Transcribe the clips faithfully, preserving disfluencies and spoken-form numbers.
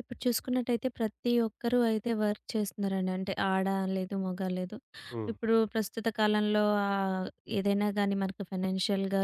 ఇప్పుడు చూసుకున్నట్టయితే ప్రతి ఒక్కరూ అయితే వర్క్ చేస్తున్నారండి. అంటే ఆడ లేదు, మగ లేదు. హ్మ్. ఇప్పుడు ప్రస్తుత కాలంలో ఆహ్, ఏదైనా గానీ మనకు ఫైనాన్షియల్‌గా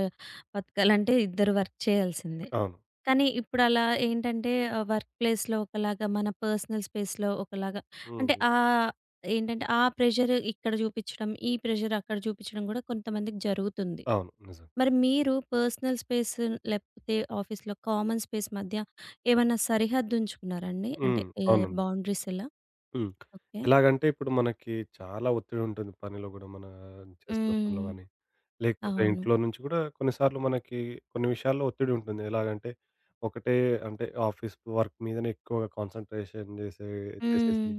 బతకాలంటే ఇద్దరు వర్క్ చేయాల్సిందే. అవును. కానీ ఇప్పుడలా ఏంటంటే ఆహ్, వర్క్ ప్లేస్‌లో ఒకలాగా, మన పర్సనల్ స్పేస్‌లో ఒకలాగా హ్మ్. అంటే హ్మ్. ఆహ్, ఏంటంటే ఆ ప్రెషర్ ఇక్కడ చూపిచ్చడం, ఈ ప్రెషర్ అక్కడ చూపిచ్చడం గూడా కొంతమందికి జరుగుతుంది. అవును. నిజం. మరి మీరు పర్సనల్ స్పేస్ లేకపోతే ఆఫీస్‌లో కామన్ స్పేస్ మధ్య ఏమన్నా సరిహద్దు ఉంచుకున్నారా అండి? అంటే హ్మ్. ఏ అవునండి. బౌండరీస్ ఎలా? హ్మ్. ఓకే. ఎలాగంటే ఇప్పుడు మనకి చాలా ఒత్తిడుంటుంది పనిలో గూడా మన చేస్తున్న పనిలో హ్మ్. గాని, లేకపోతే అవును. ఇంట్లో నుంచి గూడా కొన్నిసార్లు మనకి కొన్ని విషయాల్లో ఒత్తిడుంటుంది. ఎలాగంటే ఒకటే అంటే ఆఫీస్ వర్క్ మీదనే ఎక్కువగా కాన్సంట్రేషన్ జేసే హ్మ్. చేసేసి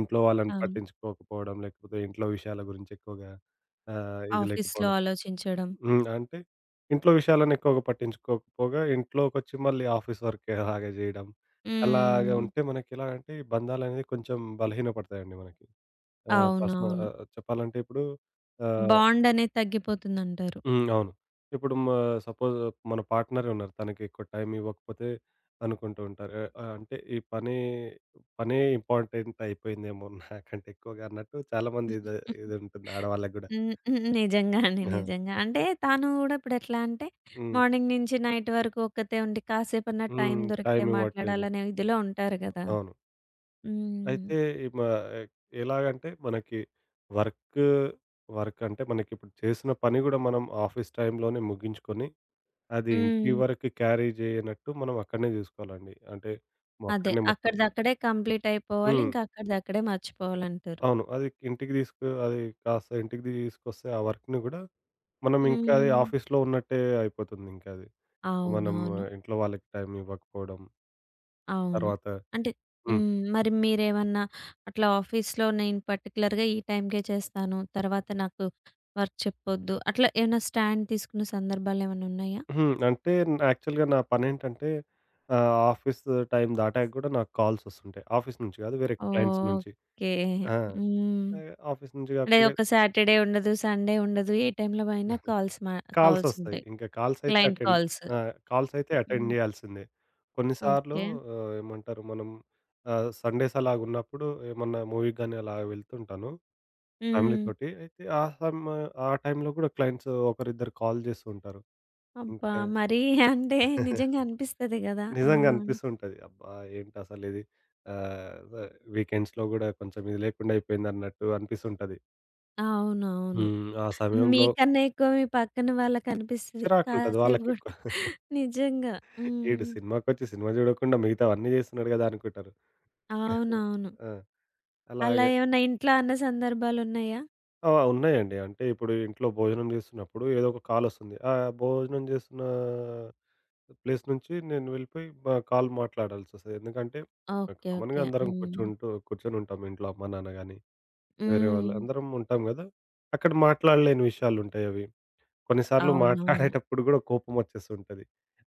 ఇంట్లో వాళ్ళని అవును. పట్టించుకోకపోవడం, లేకపోతే ఇంట్లో విషయాల గురించి ఎక్కువగా ఆహ్, ఇది ఆఫీస్‌లో లేకపోవడం. ఆలోచించడం. హ్మ్. అంటే ఇంట్లో విషయాలను ఎక్కువగా పట్టించుకోకపోగా ఇంట్లోకొచ్చి మళ్ళీ ఆఫీస్ వర్క్ అలాగే జేయడం. అలాగా హ్మ్. ఉంటే మనకి ఎలాగంటే ఈ బంధాలనేవి కొంచెం బలహీనపడతాయండి మనకి. ఆహ్, పర్సన అవునవును. ఆహ్, చెప్పాలంటే ఇప్పుడు ఆహ్, బాండ్ అనేది తగ్గిపోతుందంటారు. హ్మ్. అవును. ఇప్పుడు మ సపోజ్ మన పార్ట్‌నరే ఉన్నారు. తనకి ఎక్కువ టైం ఇవ్వకపోతే అనుకుంటూ ఉంటారు. ఆహ్, ఆహ్, అంటే ఈ పని పనే ఇంపార్టెంట్ అయిపోయిందేమో నాకంటే ఎక్కువగా అన్నట్టు చాలామంది ఇది ఇదుంటుంది ఆడవాళ్ళకి గూడా. హ్మ్. హ్మ్. నిజంగా అండి. ఆ! నిజంగా. అంటే తను గూడా ఇప్పుడు ఎట్లా అంటే హ్మ్. మార్నింగ్ నుంచి నైట్ వరకు ఒక్కతే ఉండి కాసేపన్నా టైం హ్మ్. దొరికితే టైం ఇవ్వట్లేదు. మాట్లాడాలనే ఇదిలో ఉంటారు గదా! అవును. హ్మ్. అయితే ఈ మా ఎలాగంటే మనకి వర్క్ వర్క్ అంటే మనకిప్పుడు చేసిన పని గూడా మనం ఆఫీస్ టైంలోనే ముగించుకొని, అది ఇంటి హ్మ్. వరకు క్యారీ చేయనట్టు మనం అక్కడనే చూసుకోవాలండి. అంటే మ- అదే. అక్కడనే మొత్తం అక్కడిదక్కడే కంప్లీట్ అయిపోవాలి. హ్మ్. ఇంకా అక్కడిదక్కడే మర్చిపోవాలంటారు. అవును. అది ఇంటికి తీసుకు అది కాస్త ఇంటికి తీసుకొస్తే ఆ వర్క్‌ని గూడా మనం ఇంకా అది హ్మ్. ఆఫీస్‌లో ఉన్నట్టే అయిపోతుంది ఇంకా అది. మనం ఆ, అవునవును. ఇంట్లో వాళ్ళకి టైం ఇవ్వకపోవడం, అవును. తర్వాత అంటే హ్మ్. హ్మ్. మరి మీరేమన్నా అట్లా ఆఫీస్‌లో నేను పర్టిక్యులర్‌గా ఈ టైంకే చేస్తాను. తర్వాత నాకు వర్క్ చెప్పొద్దు. అట్లా ఏమైనా స్టాండ్ తీసుకున్న సందర్భాలేమన్నా ఉన్నాయా? హ్మ్. అంటే యాక్చువల్‌గా నా పనేంటంటే ఆహ్, ఆఫీస్ టైమ్ దాటాక గూడా నాకు కాల్స్ ఒస్తుంటాయి. ఆఫీస్ నుంచి గాదు వేరే క్లయింట్స్ నుంచి. ఓకే. ఆ! హ్మ్. ఆహ్, ఆఫీస్ నుంచి అంటే గాకుండా ఒక సాటర్‌డే ఉండదు. సండే ఉండదు. ఏ టైంలో కాల్సొస్తాయి. పోయినా కాల్స్ మా కాల్సుంటాయి. ఇంకా కాల్సయితే క్లయింట్ అటెండ్ కాల్స్. ఆ! కాల్సయితే అటెండ్ హ్మ్. జేయాల్సిందే. కొన్నిసార్లు ఓకే. ఆహ్, ఏమంటారు మనం ఆహ్, సండేస్ అలాగున్నప్పుడు ఏమన్నా మూవీకి గాని అలా వెళ్తుంటాను హ్మ్. ఫ్యామిలీతోటి. అయితే ఆ సమ ఆ టైంలో గూడా క్లయింట్స్ ఒకరిద్దరు కాల్ జేస్తూ ఉంటారు. అబ్బా! ఇంకా మరీ అంటే నిజంగా అనిపిస్తది గదా! ఆ! నిజంగా అనిపిస్తుంటది. అబ్బా! ఏంటసలిది ఆహ్, వ వీకెండ్స్‌లో గూడా కొంచెం ఇది లేకుండా అయిపోయిందన్నట్టు అనిపిస్తుంటది. అవునవును. హ్మ్. ఆ సమయంలో మీకన్నా ఎక్కువ మీ పక్కన వాళ్ళకనిపిస్తది. చిరాకుంటది కాసేపు గూడా. వాళ్ళకెక్కువ. నిజంగా. ఈడు హ్మ్. సినిమాకొచ్చి సినిమా జూడకుండా మిగతావన్నీ జేస్తున్నాడు గదా! అనుకుంటారు. అవునవును. ఆ! అలా అలాగే ఏమన్నా ఇంట్లో అన్న సందర్భాలున్నాయా? ఆ! ఉన్నాయండి. అంటే ఇప్పుడు ఇంట్లో భోజనం జేస్తున్నప్పుడు ఏదో ఒక కాలొస్తుంది. ఆ భోజనం జేస్తున్న ప్లేస్ నుంచి నేను వెళ్ళిపోయి మా కాల్ మాట్లాడాల్సొస్తది. ఎందుకంటే, ఓకే. కామన్‌గా ఓకే. అందరం హ్మ్. కూర్చుంటూ కూర్చొనుంటాం ఇంట్లో అమ్మ, నాన్న గాని వేరే వాళ్ళు. హ్మ్. అందరం ఉంటాం గదా! అక్కడ మాట్లాడలేని విషయాలుంటాయవి. కొన్నిసార్లు అవునవును. మాట్లాడేటప్పుడు గూడా కోపమొచ్చేస్తుంటది.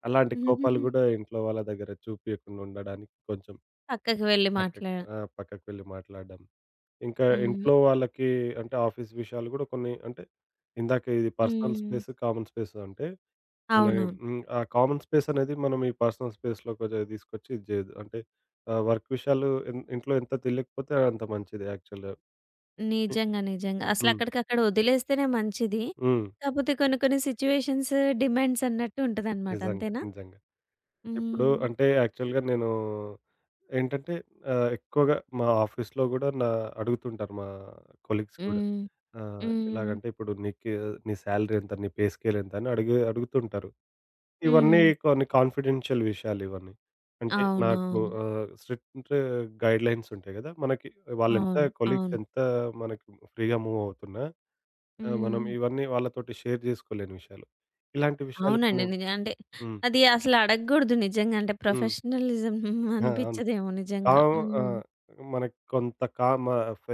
అలాంటి కోపాలు గూడా ఇంట్లో వాళ్ళ దగ్గర చూపియకుండా ఉండడానికి కొంచెం పక్కకి వెళ్లి పక్కకి మాట్లా ఆ! పక్కకు వెళ్లి మాట్లాడడం. ఇంకా హ్మ్. ఇంట్లో వాళ్ళకి అంటే ఆఫీస్ విషయాలు గూడా కొన్ని అంటే ఇందాక ఇది పర్సనల్ హ్మ్. స్పేస్, కామన్ స్పేస్ అంటే మన అవునవును. హ్మ్. ఆ కామన్ స్పేస్ అనేది మనం ఈ పర్సనల్ స్పేస్‌లో కొంచెం తీసుకొచ్చి ఇది చేయొద్దు. అంటే ఆహ్, వర్క్ విషయాలు ఇన్ ఇంట్లో ఎంత తెలియకపోతే అంత మంచిది యాక్చువల్‌గా. నిజంగా. నిజంగా. హ్మ్. అసలక్కడికక్కడ వదిలేస్తేనే మంచిది. హ్మ్. కాపోతే కొన్ని కొన్ని సిట్యుయేషన్స్ డిమాండ్స్ అన్నట్టు ఉంటదనమాట. నిజంగా. అంతేనా? నిజంగా. ఇప్పుడు హ్మ్. అంటే యాక్చువల్‌గా నేను ఏంటంటే ఆహ్, ఎక్కువగా మా ఆఫీస్‌లో గూడా నా అడుగుతుంటారు మా కొలీగ్స్ గూడా. హ్మ్. ఆహ్, హ్మ్. ఎలాగంటే ఇప్పుడు నీకు నీ సాలరీ ఎంత? నీ పే స్కేల్ ఎంత? అని అడిగి అడుగుతుంటారు. ఇవన్నీ హ్మ్. కొన్ని కాన్ఫిడెన్షియల్ విషయాలు ఇవన్నీ. అంటే నాకు అవునవును. ఆహ్, స్ట్రిక్ట్ గైడ్‌లైన్స్ ఉంటాయి గదా! మనకి వాళ్ళెంత అవును. కొలీగ్స్ అవును. ఎంత మనకి ఫ్రీగా మూవ్ అవుతున్నా ఆహ్, మనం హ్మ్. ఇవన్నీ వాళ్ళతోటి షేర్ జేసుకోలేని విషయాలు. ఇలాంటి విషయాలు అవునండి. కొన్ని నిజ అంటే హ్మ్. అది అసలు అడగకూడదు నిజంగా. అంటే హ్మ్. ప్రొఫెషనలిజం ఆ! అవును. అనిపించదేమో నిజంగా. కామ్ ఆ! హ్మ్. మనకి కొంత కామ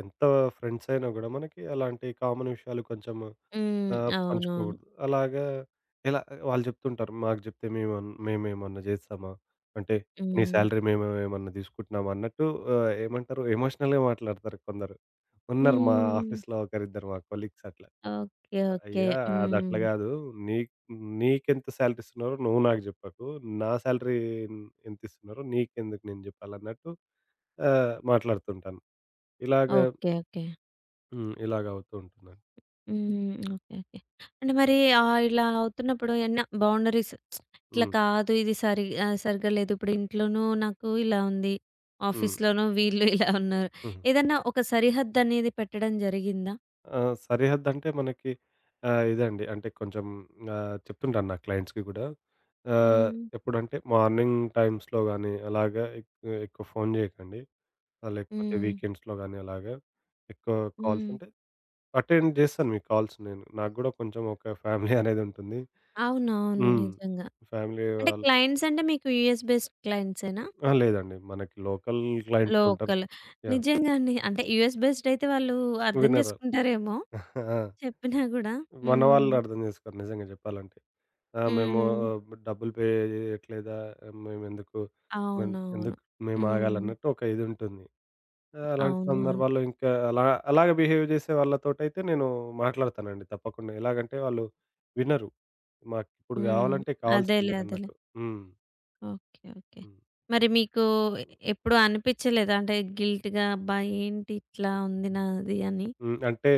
ఎంత ఫ్రెండ్స్ అయినా గూడా మనకి అలాంటి కామన్ విషయాలు కొంచెం హ్మ్. ఆహ్, అవునవును. పంచుకోకూడదు. అలాగా ఇలా వాళ్ళు చెప్తుంటారు. మాకు జెప్తే మేమన్ మేమేమన్నా జేస్తామా? అంటే నీ హ్మ్. సాలరీ మేమేమన్నా తీసుకుంటున్నామా? అన్నట్టు ఆహ్, ఏమంటారు ఎమోషనల్‌గా మాట్లాడతారు కొందరు. ఉన్నారు మా హ్మ్. ఆఫీస్‌లో ఒకరిద్దరు మా కొలీగ్స్ అట్లా. ఓకే. ఓకే. అయ్యా! అదట్లా హ్మ్. గాదు. నీ నీకెంత సాలరీ ఇస్తున్నారో నువ్వు నాకు జెప్పకు. నా సాలరీ ఎన్ ఎంతిస్తున్నారో నీకెందుకు నేను జెప్పాలన్నట్టు ఆ! మాట్లాడుతుంటాను. ఇలాగ ఓకే. ఓకే. హ్మ్. ఇలాగ అవుతూ ఉంటుందండి. హ్మ్. ఓకే. ఓకే. అంటే మరి ఆహ్, ఇలా అవుతున్నప్పుడు ఎన్న బౌండరీస్ ఇట్లా హ్మ్. కాదు ఇది సరి ఆహ్, సరిగ్గా లేదు. ఇప్పుడు ఇంట్లోనూ నాకు ఇలా ఉంది. హ్మ్. ఆఫీస్‌లోనూ వీళ్ళు ఇలా ఉన్నారు. హ్మ్. ఏదన్నా ఒక సరిహద్దు అనేది పెట్టడం జరిగిందా? ఆహ్, సరిహద్దంటే మనకి ఆహ్, ఇదండి. అంటే కొంచెం ఆహ్, చెప్తుంటాను నా క్లయింట్స్‌కి గూడా. ఆహ్, హ్మ్. ఎప్పుడంటే మార్నింగ్ టైమ్స్‌లో గానీ అలాగా ఎక్ ఎక్కువ ఫోను జేయకండి. ఆహ్, లేకపోతే హ్మ్. వీకెండ్స్‌లో గానీ అలాగా ఎక్కువ కాల్స్ హ్మ్. ఉంటే అటెండ్ జేస్తాను మీ కాల్స్ నేను. నాకు గూడా కొంచెం ఒక ఫ్యామిలీ అనేదుంటుంది. అవునవును. హ్మ్. నిజంగా. ఫ్యామిలీ అంటే వాళ్ళు క్లయింట్స్ అంటే మీకు యూఎస్ బేస్డ్ క్లయింట్సేనా? ఆ! లేదండి. మనకి లోకల్ క్లయింట్సే ఉంటారు. లోకల్. యాహ్! నిజంగానే. అంటే యూఎస్ బేస్డ్ అయితే వాళ్ళు అర్థం వినరు. చేసుకుంటారేమో ఆ! చెప్పినా గూడా. మన హ్మ్. వాళ్ళు అర్థం జేసుకోరు నిజంగా జెప్పాలంటే. ఆ! మేము హ్మ్. డబ్బులు పే జేయట్లేదా? మేమెందుకు మేం అవునవును. ఎందుకు హ్మ్. మేమాగాలన్నట్టు ఒక ఇదుంటుంది. అలాంటి అవును. అవును. సందర్భాల్లో ఇంకా అలా అలాగ బిహేవ్ జేసే వాళ్ళతోటైతే నేను మాట్లాడతానండి తప్పకుండా. ఎలాగంటే వాళ్ళు వినరు. మాకిప్పుడు హ్మ్. గావాలంటే కావాల్సిందే అదేలే. అదేలే. అన్నట్టు. హ్మ్. ఓకే. ఓకే. మరి మీకు ఎప్పుడూ అనిపిచ్చలేదా? అంటే గిల్ట్‌గా అబ్బా! ఏంటి ఇట్లా ఉంది హ్మ్. నాది అని? హ్మ్. అంటే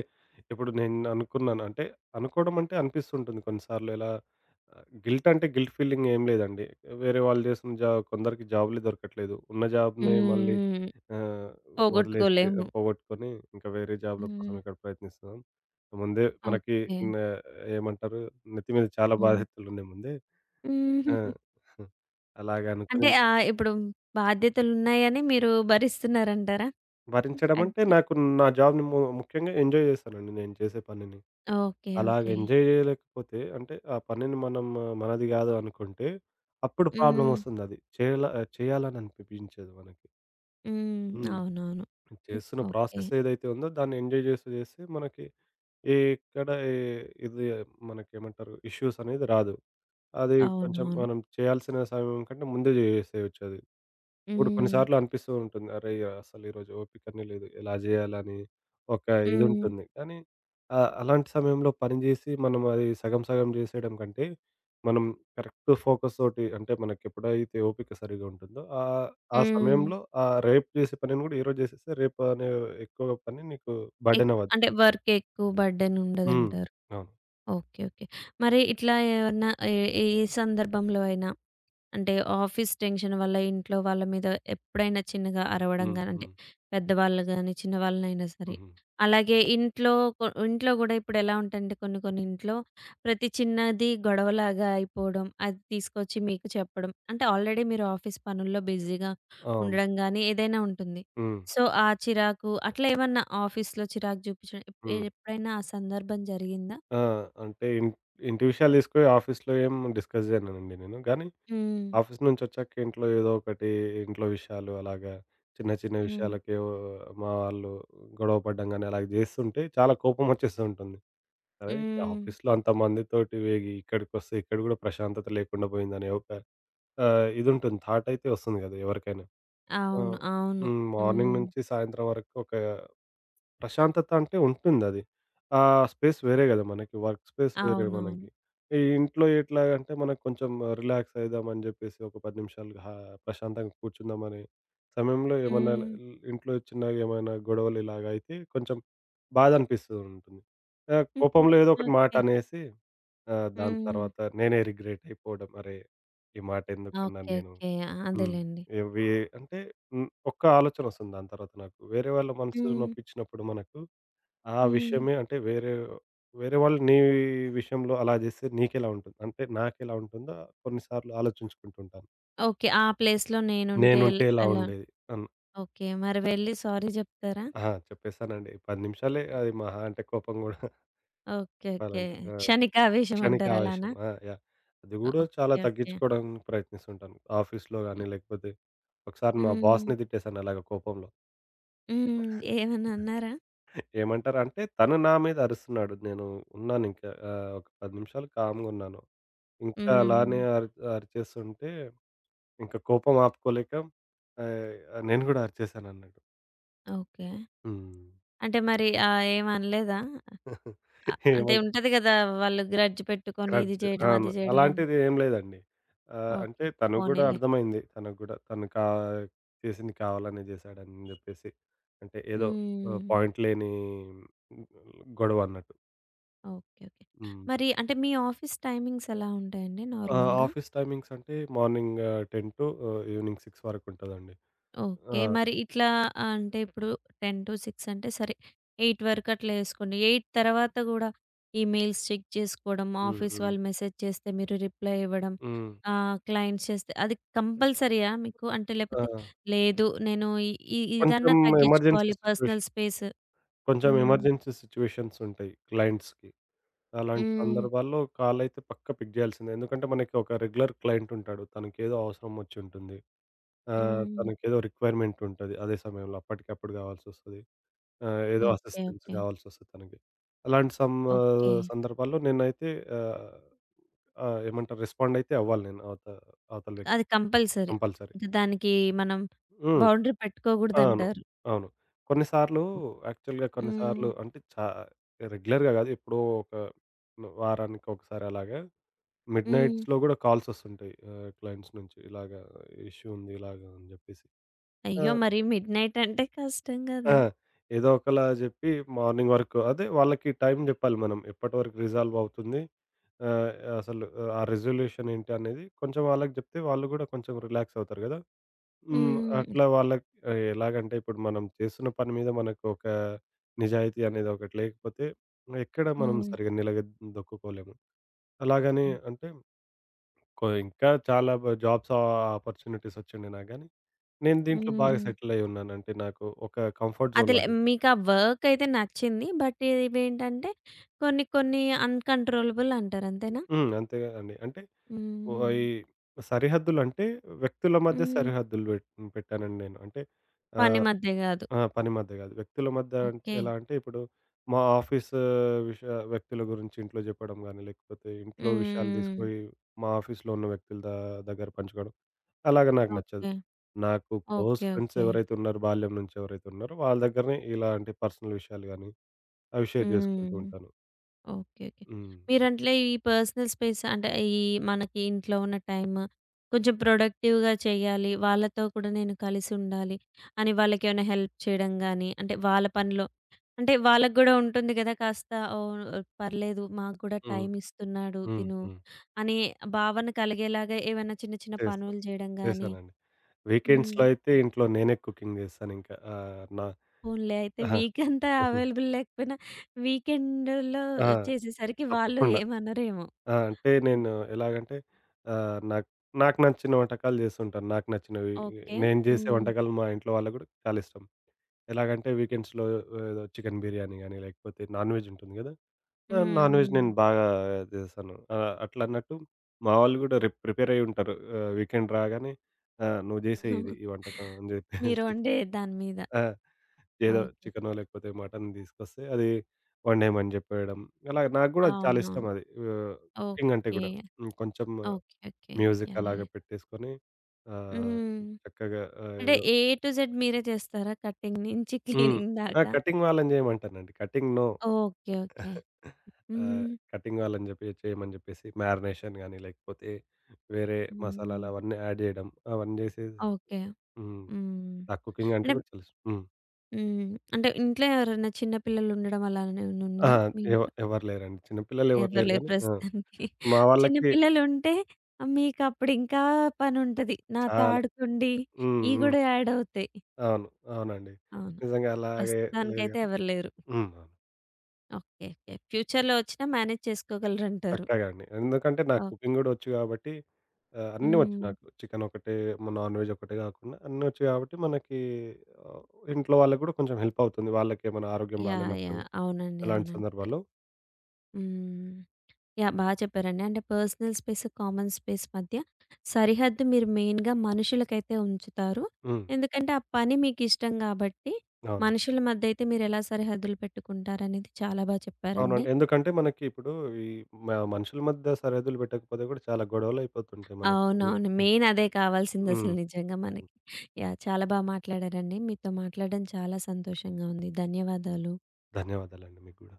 ఇప్పుడు నేను అనుకున్నాను. అంటే అనుకోవడం అంటే అనిపిస్తుంటుంది కొన్నిసార్లు ఇలా ఆహ్, గిల్ట్ అంటే గిల్ట్ ఫీలింగ్ ఏం లేదండి. వేరే వాళ్ళు చేసిన జా కొందరికి జాబ్‌లే దొరకట్లేదు. ఉన్న హ్మ్. జాబ్‌నే మళ్ళీ హ్మ్. ఆహ్, వదిలేసి పోగొట్టుకోలేము. పోగొట్టుకొని ఇంకా వేరే జాబ్‌ల కోసం హ్మ్. ఇక్కడ ప్రయత్నిస్తున్నాం. ముందే మనకి ఓకే. న ఏమంటారు నెత్తి మీద చాలా హ్మ్. బాధ్యతలున్నాయి ముందే. ఆ! అలాగ అంటే అనుకోని ఆహ్, ఇప్పుడు బాధ్యతలున్నాయని మీరు భరిస్తున్నారంటారా? భరించడం అంటే అడ్జ నాకు నా జాబ్‌ని ము ముఖ్యంగా ఎంజాయ్ చేస్తానండి నేను చేసే పనిని. ఓకే. అలాగ ఓకే. ఎంజాయ్ చేయలేకపోతే అంటే ఆ పనిని మనం ఆ, మనది కాదు అనుకుంటే, అప్పుడు ప్రాబ్లమ్ హ్మ్. వస్తుందది. చేయాల చేయాలని అనిపించదు మనకి. హ్మ్. హ్మ్. అవునవును. ఉమ్, చేస్తున్న ఓకే. ప్రాసెస్ ఏదైతే ఉందో దాన్ని ఎంజాయ్ చేస్తూ చేస్తే మనకి ఏ ఎక్కడ ఏ ఇది మనకేమంటారు ఇష్యూస్ అనేది రాదు. అది కొంచెం అవునవును. మనం చేయాల్సిన సమయం కంటే ముందే చేసేయొచ్చది. ఇప్పుడు హ్మ్. కొన్నిసార్లు అనిపిస్తూ ఉంటుంది. అరే! అసలు ఈరోజు ఓపికనే లేదు. ఎలా జేయాలని ఒక హ్మ్. ఇదుంటుంది. కానీ ఆహ్, అలాంటి సమయంలో పని జేసి మనం అది సగం సగం జేసేయడం కంటే, మనం కరెక్ట్ ఫోకస్ తోటి అంటే మనకెప్పుడైతే ఓపిక సరిగ్గా ఉంటుందో ఆహ్, ఆ హ్మ్. సమయంలో ఆహ్, రేపు జేసే పనిని గూడా ఈరోజు జేసేస్తే రేపు అనే ఎక్కువ పని నీకు ఎక్ బర్డెన్ అవ్వదు. అంటే వర్క్ ఎక్కువ బర్డెన్ హ్మ్. ఉండదంటారు. అవును. ఓకే. ఓకే. మరి ఇట్లా ఏమన్నా ఏ ఏ సందర్భంలో అయినా అంటే ఆఫీస్ టెన్షన్ వల్ల ఇంట్లో వాళ్ళ మీద ఎప్పుడైనా చిన్నగా అరవడం హ్మ్. గాని, అంటే హ్మ్. పెద్దవాళ్ళు గాని, చిన్నవాళ్ళనైనా సరే. హుహు. అలాగే ఇంట్లో కొ ఇంట్లో గూడా ఇప్పుడెలా ఉంటాయంటే కొన్ని కొన్ని ఇంట్లో ప్రతి చిన్నది గొడవలాగా అయిపోవడం, అది తీసుకొచ్చి మీకు చెప్పడం. అంటే ఆల్రెడీ మీరు ఆఫీస్ పనుల్లో బిజీగా అవును. ఉండడం గాని, ఏదైనా ఉంటుంది. హ్మ్. సో, ఆ చిరాకు అట్లా ఏమన్నా ఆఫీస్‌లో చిరాకు చూపించడం ఎప్ హ్మ్. ఎప్పుడైనా ఆ సందర్భం జరిగిందా? ఆ! అంటే ఇన్ ఇంటి విషయాలు తీసుకొని ఆఫీస్‌లో ఏం డిస్కస్ జేయనండి నేను. గానీ హ్మ్. ఆఫీస్ నుంచొచ్చాక ఇంట్లో ఏదో ఒకటి ఇంట్లో విషయాలు అలాగా చిన్న, చిన్న హ్మ్. విషయాలకే ఓ మా వాళ్ళు గొడవ పడడం గానీ, అలాగ జేస్తుంటే చాలా కోపమొచ్చేస్తూ ఉంటుంది. అరే! హ్మ్. ఆఫీస్‌లో అంతమందితోటి వేగి ఇక్కడికొస్తే ఇక్కడ గూడా ప్రశాంతత లేకుండా పోయిందనే ఒక ఆహ్, ఇదుంటుంది థాటయితే వస్తుంది గదా! ఎవరికైనా. ఆ! అవును. అవును. హ్మ్. మార్నింగ్ హ్మ్. నుంచి సాయంత్రం వరకు ఒక ప్రశాంతత అంటే ఉంటుందది. ఆ స్పేస్ వేరే గదా! మనకి వర్క్ స్పేస్ వేరే అవునవును. మనకి. ఈ ఇంట్లో ఎట్లాగంటే మనకు కొంచెం రిలాక్స్ అయిదామని జెప్పేసి ఒక పది నిమిషాలు హా ప్రశాంతంగా కూర్చుందామనే సమయంలో ఏమన్నా ల్ హ్మ్. ఇంట్లో చిన్నగా ఏమైనా గొడవలు ఇలాగ అయితే కొంచెం బాధ అనిపిస్తూ ఉంటుంది. ఆహ్, హుహు. కోపంలో ఏదో ఒకటి మాట ఓకే. అనేసి ఆహ్, దాని హ్మ్. తర్వాత నేనే రిగ్రెట్ అయిపోవడం. అరే! ఈ మాట ఎందుకన్నాను ఓకే. నేను. ఓకే. హ్మ్. అదేలెండి. ఇవి అంటే హ్మ్. ఒక్క ఆలోచనొస్తుంది దాని తర్వాత నాకు. వేరే వాళ్ళ మనసు హ్మ్. నొప్పించినప్పుడు మనకు ఆ హ్మ్. విషయమే అంటే వేరే వేరే వాళ్ళు నీ విషయంలో అలా జేస్తే నీకెలా ఉంటుంది? అంటే నాకెలా ఉంటుందో కొన్ని సార్లు ఆలోచించుకుంటుంటాను. ఓకే. ఆ ప్లేస్‌లో నేనుంటే ఎల్ నేనుంటే ఇలా ఎలా? ఉండేది అన్ ఓకే. మరి వెళ్లి సారీ జెప్తారా? ఆ! చెప్పేసానండి. పది నిమిషాలే అది మహా అంటే కోపం గూడా ఓకే. ఓకే. చెప్పాలంటే. ఆ! క్షణిక ఆవేశం క్షణిక అంటారు ఆవేశం. అలానా? ఆ! యాహ్! అది గూడా చాలా ఓకే. ఓకే. తగ్గించుకోవడానికి ప్రయత్నిస్తుంటాను. ఆఫీస్‌లో గాని లేకపోతే ఒకసారి మా హ్మ్. బాస్‌ని తిట్టేసాను అలాగా కోపంలో. హ్మ్. ఏమన్నా అన్నారా? ఏమంటారు అంటే, తను నా మీద అరుస్తున్నాడు. నేను ఉన్నానింకా ఆహ్, ఒక పది నిమిషాలు కామ్‌గున్నాను. ఇంకా హ్మ్. అలానే అరి అరిచేస్తుంటే ఇంక కోపం ఆపుకోలేక ఆహ్, నేను గూడా అరిచేశానన్నట్టు. ఓకే. హ్మ్. అంటే మరి ఆహ్, ఏమి అనలేదా? ఆహ్, అంటే ఏమంటారు ఉంటది గదా! వాళ్ళు గ్రడ్జ్ పెట్టుకొని ఇది గ్రడ్జ్ జేయడం, అది అవును. జేయడం అని. అలాంటిది ఏం లేదండి. ఆహ్, ఓకే. అంటే తను గూడా పోనీలే. అర్థమైంది. తనకు గూడా తను కా చేసింది కావాలనే చేశాడని జెప్పేసి. అంటే ఏదో ఆహ్, హ్మ్. పాయింట్ లేని ఉమ్, గొడవ అన్నట్టు. ఓకే. ఓకే. హ్మ్. మరి అంటే మీ ఆఫీస్ టైమింగ్స్ ఎలా ఉంటాయండి ఆ! నార్మల్‌గా? ఆఫీస్ టైమింగ్స్ అంటే మార్నింగ్ ఆహ్, పది టు ఆహ్, ఈవినింగ్ ఆరు వరకుంటదండి. ఆ! ఓకే. మరి ఇట్లా అంటే ఇప్పుడు టెన్ టు సిక్స్ అంటే సరే ఎనిమిది వరకు అట్లా యేసుకోండి. ఎనిమిది తర్వాత గూడా ఈమెయిల్స్ చెక్ చేసుకోవడం, హ్మ్. ఆఫీస్ హ్మ్. వాళ్ళు మెసేజ్ చేస్తే మీరు రిప్లై ఇవ్వడం, హ్మ్. ఆహ్, క్లయింట్స్ చేస్తే అది కంపల్సరీయా మీకు? అంటే ఆ! లేపోతే లేదు నేను ఇ ఇ కొంచెం ఇదన్నా ఎమర్జెన్సీ తగ్గించుకోవాలి పర్సనల్ సిట్యుయేషన్ స్పేస్ కొంచెం హ్మ్. ఎమర్జెన్సీ సిట్యుయేషన్స్ ఉంటాయి క్లయింట్స్‌కి. అలాంటి హ్మ్. సందర్భాల్లో కాల్ అయితే పక్కా పిక్ చేయాల్సిందే. ఎందుకంటే మనకి ఒక రెగ్యులర్ క్లయింట్ ఉంటాడు. తనకేదో అవసరం వచ్చుంటుంది. ఆహ్, హ్మ్. తనకేదో రిక్వైర్మెంట్ ఉంటది. అదే సమయంలో అప్పటికప్పుడు కావాల్సొస్తది. ఆహ్, ఏదో ఓకే. Assistance okay. కావాల్సొస్తది తనకి. అలాంటి సం ఓకే. సందర్భాల్లో నేనైతే ఆహ్ ఆ! ఏమంటారు రెస్పాండ్ అయితే అవ్వాలి నేను అవత అవతల వ్యక్తి అది కంపల్సరీ. కంపల్సరీ. ఇంక దానికి మనం హ్మ్. బౌండరీ అవును. పెట్టుకోకూడదంటారు. అవును. కొన్నిసార్లు యాక్చువల్‌గా హ్మ్. కొన్నిసార్లు అంటే చా రెగ్యులర్‌గా కాదు ఎప్పుడో ఒక వారానికి ఒకసారి అలాగా మిడ్ హ్మ్. నైట్స్‌లో కూడా కాల్స్ వస్తుంటాయి. ఆహ్, క్లయింట్స్ నుంచి ఇలాగ ఇష్యూ ఉంది ఇలాగ అని చెప్పేసి. ఆ! అయ్యో! మరి మిడ్‌నైట్ అంటే కష్టం ఆ! గదా! ఏదో ఒకలా చెప్పి మార్నింగ్ వరకు అదే వాళ్ళకి టైం చెప్పాలి మనం. ఎప్పటి వరకు రిజాల్వ్ అవుతుంది. ఆహ్, అసలు ఆ రిజల్యూషన్ ఏంటి అనేది కొంచెం వాళ్ళకి చెప్తే వాళ్ళు కూడా కొంచెం రిలాక్స్ అవుతారు కదా! హ్మ్. హ్మ్. అట్లా వాళ్ళకి ఆహ్, ఎలాగంటే ఇప్పుడు మనం చేస్తున్న పని మీద మనకు ఒక నిజాయితీ అనేది ఒకటి లేకపోతే ఎక్కడ మనం హ్మ్. సరిగ్గా నిలదొక్కుకోలేము. అలాగని అంటే కొ ఇంకా చాలా బ జాబ్స్ ఆ ఆపర్చునిటీస్ వచ్చుండే నాకు గానీ, నేను దీంట్లో బాగా హ్మ్. సెటిల్ అయ్యి ఉన్నాను. అంటే నాకు ఒక కంఫర్ట్ జోన్ అదేలే లాగా. మీకా వర్క్ అయితే నచ్చింది. బట్ ఇవేంటంటే కొన్ని కొన్ని అన్‌కంట్రోలబుల్ అంటారు. అంతేనా? హ్మ్. అంతే కదండీ. అంటే ఓహ్! హ్మ్. ఈ సరిహద్దులంటే వ్యక్తుల మధ్య హ్మ్. సరిహద్దులు పెట్ పెట్టానండి నేను. అంటే పని ఆహ్ మధ్య గాదు. ఆ! పని మధ్య కాదు. వ్యక్తుల మధ్య అం ఓకే. ఎలా అంటే ఇప్పుడు మా ఆఫీస్ విష వ్యక్తుల గురించి ఇంట్లో చెప్పడం గాని, లేకపోతే ఇంట్లో విషయాలు హ్మ్. తీసుకొని మా ఆఫీస్‌లో ఉన్న వ్యక్తుల ద దగ్గర పంచుకోవడం అలాగ నాకు నచ్చదు. ఓకే. నాకు క్లోజ్ ఓకే. Friends okay. ఎవరైతే ఉన్నారో బాల్యం నుంచి ఎవరైతే ఉన్నారో వాళ్ళ దగ్గరనే ఇలాంటి పర్సనల్ విషయాలు గాని అవి షేర్ చేసుకుంటూ హ్మ్. ఉంటాను. ఓకే. ఓకే. హ్మ్. మీరంట్లే ఈ పర్సనల్ స్పేస్ అంటే, ఈ మనకి ఇంట్లో ఉన్న టైమ్ కొంచెం ప్రొడక్టివ్‌గా చేయాలి. వాళ్ళతో కూడా నేను కలిసుండాలి అని వాళ్ళకేమైనా హెల్ప్ చేయడం గానీ, అంటే వాళ్ళ పనిలో అంటే వాళ్ళకి గూడా ఉంటుంది గదా! కాస్త ఓహ్! పర్లేదు మాకు గూడా హ్మ్. టైమ్ ఇస్తున్నాడు హ్మ్. తిను హ్మ్. అనే భావన కలిగేలాగా ఏవైనా చిన్న చిన్న చేస్తాను. పనులు జేయడం గానీ చేశానండి. హ్మ్. వీకెండ్స్‌లో అయితే ఇంట్లో నేనే కుకింగ్ చేస్తాను ఇంకా. ఆహ్, నా పోన్లే అయితే ఆహా. వీకంతా అవైలబుల్ లేకపోయినా వీకెండ్‌లో ఆ! చేసేసరికి వాళ్ళు తప్పకుండా. ఏమనరేమో! ఆ! అంటే నేను ఎలాగంటే ఆహ్, నాకు నాకు నచ్చిన వంటకాలు చేస్తుంటాను. నాకు నచ్చినవి. ఓకే. నేను చేసే హ్మ్. వంటకాలు మా ఇంట్లో వాళ్ళకి గూడా చాలా ఇష్టం. ఎలాగంటే వీకెండ్స్‌లో ఏదో చికెన్ బిర్యానీ గాని, లేకపోతే నాన్ వెజ్ ఉంటుంది గదా! ఆ! నాన్ వెజ్ హ్మ్. నేను బాగా చేశాను. ఆహ్, అట్లా అన్నట్టు మా వాళ్ళు గూడా రేపు ప్రిపేర్ అయ్యి ఉంటారు. ఆహ్, వీకెండ్ రాగానే ఆహ్, "నువ్వు జేసేయి హ్మ్. ఇది ఈ వంటకం" అని మీరు జెప్పేసి. వండే దాని మీద. ఆ! ఏదో ఓకే. చికెనో లేకపోతే మటన్ తీసుకొస్తే అది వండేయమని జెప్పేయడం. అలాగే నాకు గూడా అది చాలా అవునవును. ఇష్టం అది. ఆహ్, కుకింగ్ అంటే ఓకే. గూడా. హ్మ్. కొంచెం okay. Okay. Music yeah! Yeah! అలాగా యాహ్! పెట్టేసుకొని ఆహ్, హ్మ్. చక్కగా ఆహ్, అంటే ఏదో ఏ టు జెడ్ మీరే చేస్తారా? కటింగ్ నుంచి హ్మ్. క్లీనింగ్ ఆ! దాకా? కటింగ్ వాళ్ళని జేయమంటానండి. Cutting no. ఓకే. ఓకే. ఆహ్, హ్మ్. కటింగ్ వాళ్ళని జెప్పి చేయమని జెప్పేసి మ్యారినేషన్ గాని, లేకపోతే వేరే మసాలాలు హ్మ్. అవన్నీ యాడ్ జేయడం. అవన్నీ జేసి ఓకే. హ్మ్. హ్మ్. నాకు కుకింగ్ అంటే అంటే కూడా తెలుసు. హ్మ్. హ్మ్. అంటే ఇంట్లో ఎవరైనా చిన్న పిల్లలుండడం అలానే ఆ! ఉందా మీ ఎవ ఇంట్లో? ఎవరు లేరండి. చిన్న పిల్లలు ఎవరు ఎవరు లేరు లేరు గానీ ఆ! ప్రస్తుతానికి. మా చిన్న వాళ్ళకి పిల్లలుంటే ఆహ్, మీకప్పుడింకా పనుంటది. నాతో చాలా ఆడుకోండి. హ్మ్. ఇయి హ్మ్. గూడా యాడ్ అవుతాయి. అవును. అవునండి. అవును. నిజంగా అలాగే లేదు ప్రస్తుతానికైతే గానీ ఎవరు లేరు. హ్మ్. అవును. ఓకే. ఓకే. ఫ్యూచర్‌లో వచ్చినా మేనేజ్ చేసుకోగలరంటారు. పక్కాగా అండి. ఎందుకంటే నాకు ఓహ్! కుకింగ్ గూడా ఒచ్చు గాబట్టి ఆ! అన్నీ వచ్చు హ్మ్. నాకు. చికెన్ ఒకటే, మ నాన్ వెజ్ ఒకటే గాకుండా అన్నీ వచ్చు గాబట్టి మనకి ఆహ్, ఇంట్లో వాళ్ళకి గూడా కొంచెం హెల్ప్ అవుతుంది. వాళ్ళకేమైనా ఆరోగ్యం యాహ్! బాలేనప్పుడు యాహ్! అవునండి. అలాంటి అవునండి. సందర్భాల్లో హ్మ్. యాహ్! బా చెప్పారండి. అంటే పర్సనల్ స్పేస్, కామన్ స్పేస్ మధ్య సరిహద్దు మీరు మెయిన్‌గా మనుషులకైతే ఉంచుతారు. హ్మ్. ఎందుకంటే ఆ పని మీకిష్టం గాబట్టి అవును. మనుషుల మధ్య అయితే మీరెలా సరిహద్దులు పెట్టుకుంటారనేది చాలా బా చెప్పారండి. అవునండి. ఎందుకంటే మనకి ఇప్పుడు ఈ మ మనుషుల మధ్య సరిహద్దులు పెట్టకపోతే గూడా చాలా గొడవలు అయిపోతుంటాయి మనకి. అవునవును. మెయిన్ అదే హ్మ్. కావాల్సిందసలు నిజంగా అవును. మనకి. యాహ్! చాలా బా మాట్లాడారండి. మీతో మాట్లాడడం చాలా సంతోషంగా ఉంది. ధన్యవాదాలు. ధన్యవాదాలండి మీకు గూడా.